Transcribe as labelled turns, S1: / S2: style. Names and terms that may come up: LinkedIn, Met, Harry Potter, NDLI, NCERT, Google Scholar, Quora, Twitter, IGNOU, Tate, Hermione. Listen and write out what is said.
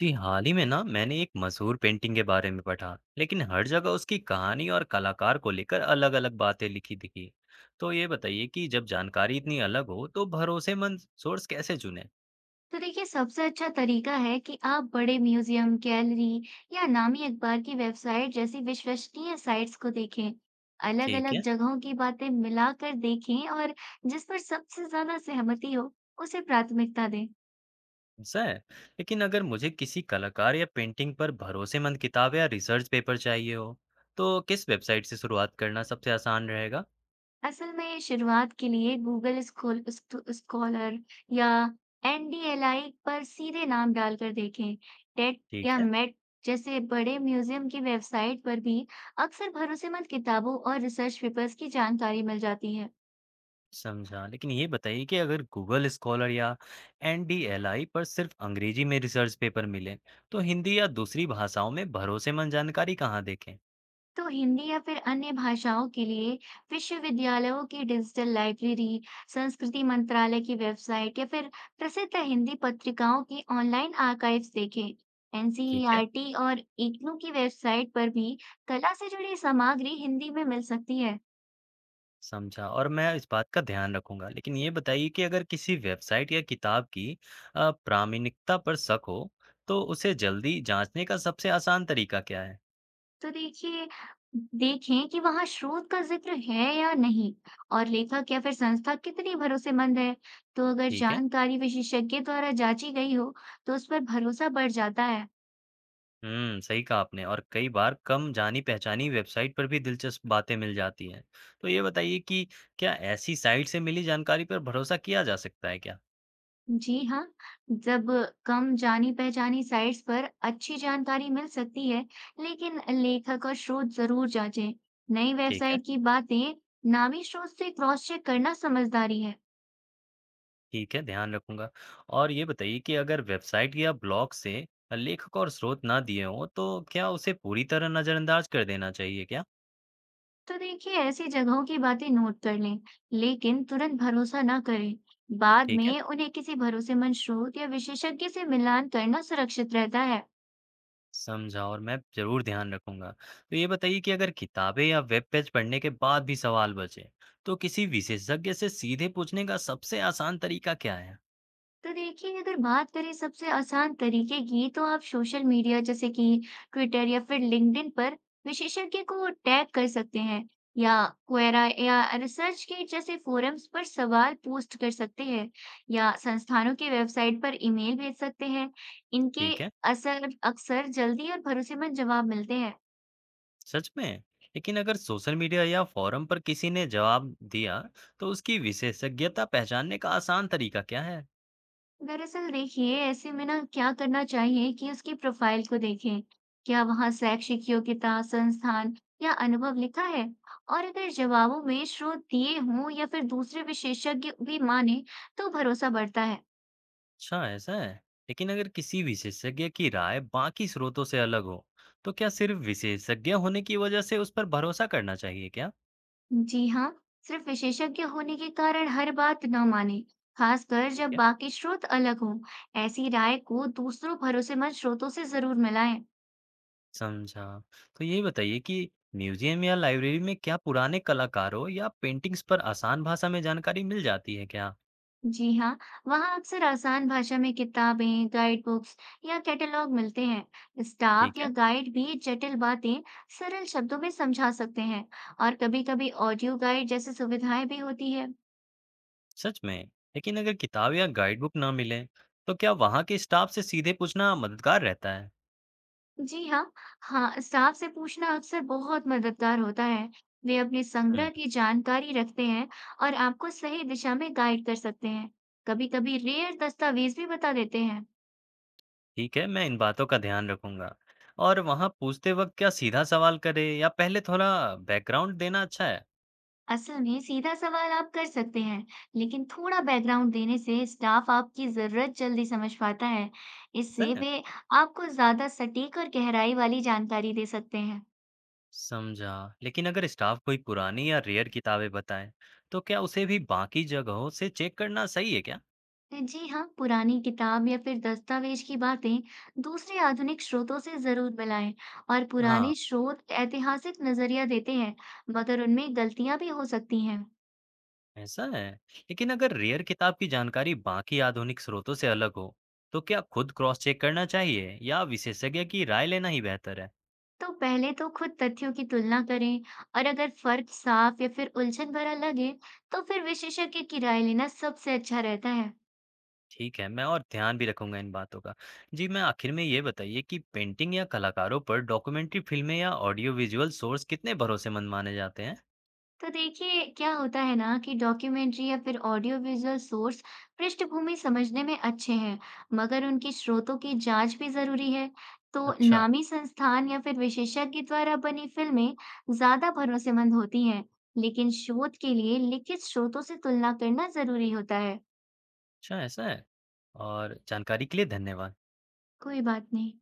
S1: जी, हाल ही में ना मैंने एक मशहूर पेंटिंग के बारे में पढ़ा, लेकिन हर जगह उसकी कहानी और कलाकार को लेकर अलग-अलग बातें लिखी दिखी। तो ये बताइए कि जब जानकारी इतनी अलग हो, तो भरोसेमंद सोर्स कैसे चुने?
S2: तो देखिए सबसे अच्छा तरीका है कि आप बड़े म्यूजियम, गैलरी या नामी अखबार की वेबसाइट जैसी विश्वसनीय साइट्स को देखें।
S1: ठीक
S2: अलग-अलग
S1: है,
S2: जगहों की बातें मिलाकर देखें और जिस पर सबसे ज्यादा सहमति हो, उसे प्राथमिकता दें।
S1: ऐसा है। लेकिन अगर मुझे किसी कलाकार या पेंटिंग पर भरोसेमंद किताब या रिसर्च पेपर चाहिए हो, तो किस वेबसाइट से शुरुआत करना सबसे आसान रहेगा?
S2: असल में शुरुआत के लिए गूगल स्कॉलर या एनडीएलआई पर सीधे नाम डालकर देखें। टेट
S1: ठीक
S2: या
S1: है।
S2: मेट जैसे बड़े म्यूजियम की वेबसाइट पर भी अक्सर भरोसेमंद किताबों और रिसर्च पेपर्स की जानकारी मिल जाती है।
S1: समझा। लेकिन ये बताइए कि अगर गूगल स्कॉलर या एनडीएलआई पर सिर्फ अंग्रेजी में रिसर्च पेपर मिले, तो हिंदी या दूसरी भाषाओं में भरोसेमंद जानकारी कहाँ देखें?
S2: तो हिंदी या फिर अन्य भाषाओं के लिए विश्वविद्यालयों की डिजिटल लाइब्रेरी, संस्कृति मंत्रालय की वेबसाइट या फिर प्रसिद्ध हिंदी पत्रिकाओं की ऑनलाइन आर्काइव्स देखें।
S1: ठीक है,
S2: एनसीईआरटी और इग्नू की वेबसाइट पर भी कला से जुड़ी सामग्री हिंदी में मिल सकती है।
S1: समझा और मैं इस बात का ध्यान रखूंगा। लेकिन ये बताइए कि अगर किसी वेबसाइट या किताब की प्रामाणिकता पर शक हो, तो उसे जल्दी जांचने का सबसे आसान तरीका क्या है?
S2: तो देखिए, देखें कि वहाँ स्रोत का जिक्र है या नहीं और लेखक या फिर संस्था कितनी भरोसेमंद है। तो अगर
S1: ठीक है।
S2: जानकारी विशेषज्ञ द्वारा जांची गई हो, तो उस पर भरोसा बढ़ जाता है।
S1: हुँ, सही कहा आपने और कई बार कम जानी-पहचानी वेबसाइट पर भी दिलचस्प बातें मिल जाती हैं। तो ये बताइए कि क्या ऐसी साइट से मिली जानकारी पर भरोसा किया जा सकता है क्या?
S2: जी हाँ, जब कम जानी-पहचानी साइट्स पर अच्छी जानकारी मिल सकती है, लेकिन लेखक और स्रोत जरूर जांचें। नई
S1: ठीक है,
S2: वेबसाइट की बातें नामी स्रोत से क्रॉस चेक करना समझदारी है।
S1: ठीक है, ध्यान रखूँगा। और ये बताइए कि अगर वेबसाइट या ब्लॉग से लेखक और स्रोत ना दिए हों, तो क्या उसे पूरी तरह नज़रअंदाज कर देना चाहिए क्या?
S2: तो देखिए, ऐसी जगहों की बातें नोट कर लें, लेकिन तुरंत भरोसा ना करें। बाद
S1: ठीक है।
S2: में उन्हें किसी भरोसेमंद स्रोत या विशेषज्ञ से मिलान करना सुरक्षित रहता है।
S1: समझा और मैं ज़रूर ध्यान रखूंगा। तो ये बताइए कि अगर किताबें या वेब पेज पढ़ने के बाद भी सवाल बचे, तो किसी विशेषज्ञ से सीधे पूछने का सबसे आसान तरीका क्या है?
S2: तो देखिए, अगर बात करें सबसे आसान तरीके की, तो आप सोशल मीडिया जैसे कि ट्विटर या फिर लिंक्डइन पर विशेषज्ञ को टैग कर सकते हैं, या क्वेरा या रिसर्च के जैसे फोरम्स पर सवाल पोस्ट कर सकते हैं, या संस्थानों की वेबसाइट पर ईमेल भेज सकते हैं। इनके
S1: ठीक है,
S2: असर अक्सर जल्दी और भरोसेमंद जवाब मिलते हैं।
S1: सच में। लेकिन अगर सोशल मीडिया या फोरम पर किसी ने जवाब दिया, तो उसकी विशेषज्ञता पहचानने का आसान तरीका क्या है?
S2: दरअसल देखिए, ऐसे में ना क्या करना चाहिए कि उसकी प्रोफाइल को देखें, क्या वहाँ शैक्षिक योग्यता, संस्थान या अनुभव लिखा है, और अगर जवाबों में स्रोत दिए हों या फिर दूसरे विशेषज्ञ भी माने, तो भरोसा बढ़ता है।
S1: अच्छा, ऐसा है। लेकिन अगर किसी विशेषज्ञ की राय बाकी स्रोतों से अलग हो, तो क्या सिर्फ विशेषज्ञ होने की वजह से उस पर भरोसा करना चाहिए क्या?
S2: जी हाँ, सिर्फ विशेषज्ञ होने के कारण हर बात न माने, खासकर
S1: ठीक
S2: जब
S1: है।
S2: बाकी स्रोत अलग हों। ऐसी राय को दूसरों भरोसेमंद स्रोतों से जरूर मिलाएं।
S1: समझा। तो ये बताइए कि म्यूज़ियम या लाइब्रेरी में क्या पुराने कलाकारों या पेंटिंग्स पर आसान भाषा में जानकारी मिल जाती है क्या?
S2: जी हाँ, वहाँ अक्सर आसान भाषा में किताबें, गाइड बुक्स या कैटलॉग मिलते हैं। स्टाफ
S1: ठीक
S2: या
S1: है,
S2: गाइड भी जटिल बातें सरल शब्दों में समझा सकते हैं और कभी-कभी ऑडियो गाइड जैसी सुविधाएं भी होती है।
S1: सच में। लेकिन अगर किताब या गाइडबुक ना मिले, तो क्या वहाँ के स्टाफ से सीधे पूछना मददगार रहता है?
S2: जी हाँ, हाँ, स्टाफ से पूछना अक्सर बहुत मददगार होता है। वे अपने
S1: हुँ,
S2: संग्रह की जानकारी रखते हैं और आपको सही दिशा में गाइड कर सकते हैं। कभी-कभी रेयर दस्तावेज भी बता देते हैं।
S1: ठीक है, मैं इन बातों का ध्यान रखूँगा। और वहाँ पूछते वक़्त क्या सीधा सवाल करें या पहले थोड़ा बैकग्राउंड देना अच्छा है?
S2: असल में सीधा सवाल आप कर सकते हैं, लेकिन थोड़ा बैकग्राउंड देने से स्टाफ आपकी जरूरत जल्दी समझ पाता है।
S1: ऐसा
S2: इससे
S1: है?
S2: वे आपको ज्यादा सटीक और गहराई वाली जानकारी दे सकते हैं।
S1: समझा। लेकिन अगर स्टाफ कोई पुरानी या रेयर किताबें बताए, तो क्या उसे भी बाकी जगहों से चेक करना सही है क्या?
S2: जी हाँ, पुरानी किताब या फिर दस्तावेज की बातें दूसरे आधुनिक स्रोतों से जरूर मिलाएं। और
S1: हाँ,
S2: पुराने स्रोत ऐतिहासिक नजरिया देते हैं, मगर उनमें गलतियां भी हो सकती हैं।
S1: ऐसा है। लेकिन अगर रेयर किताब की जानकारी बाकी आधुनिक स्रोतों से अलग हो, तो क्या खुद क्रॉस चेक करना चाहिए या विशेषज्ञ की राय लेना ही बेहतर है?
S2: तो पहले तो खुद तथ्यों की तुलना करें, और अगर फर्क साफ या फिर उलझन भरा लगे, तो फिर विशेषज्ञ की राय लेना सबसे अच्छा रहता है।
S1: ठीक है, मैं और ध्यान भी रखूंगा इन बातों का। जी, मैं आखिर में ये बताइए कि पेंटिंग या कलाकारों पर डॉक्यूमेंट्री फिल्में या ऑडियो विजुअल सोर्स कितने भरोसेमंद माने जाते हैं?
S2: तो देखिए, क्या होता है ना कि डॉक्यूमेंट्री या फिर ऑडियो विजुअल सोर्स पृष्ठभूमि समझने में अच्छे हैं, मगर उनकी स्रोतों की जांच भी जरूरी है। तो
S1: अच्छा,
S2: नामी संस्थान या फिर विशेषज्ञ द्वारा बनी फिल्में ज्यादा भरोसेमंद होती हैं, लेकिन शोध के लिए लिखित स्रोतों से तुलना करना जरूरी होता है।
S1: अच्छा ऐसा है। और जानकारी के लिए धन्यवाद।
S2: कोई बात नहीं।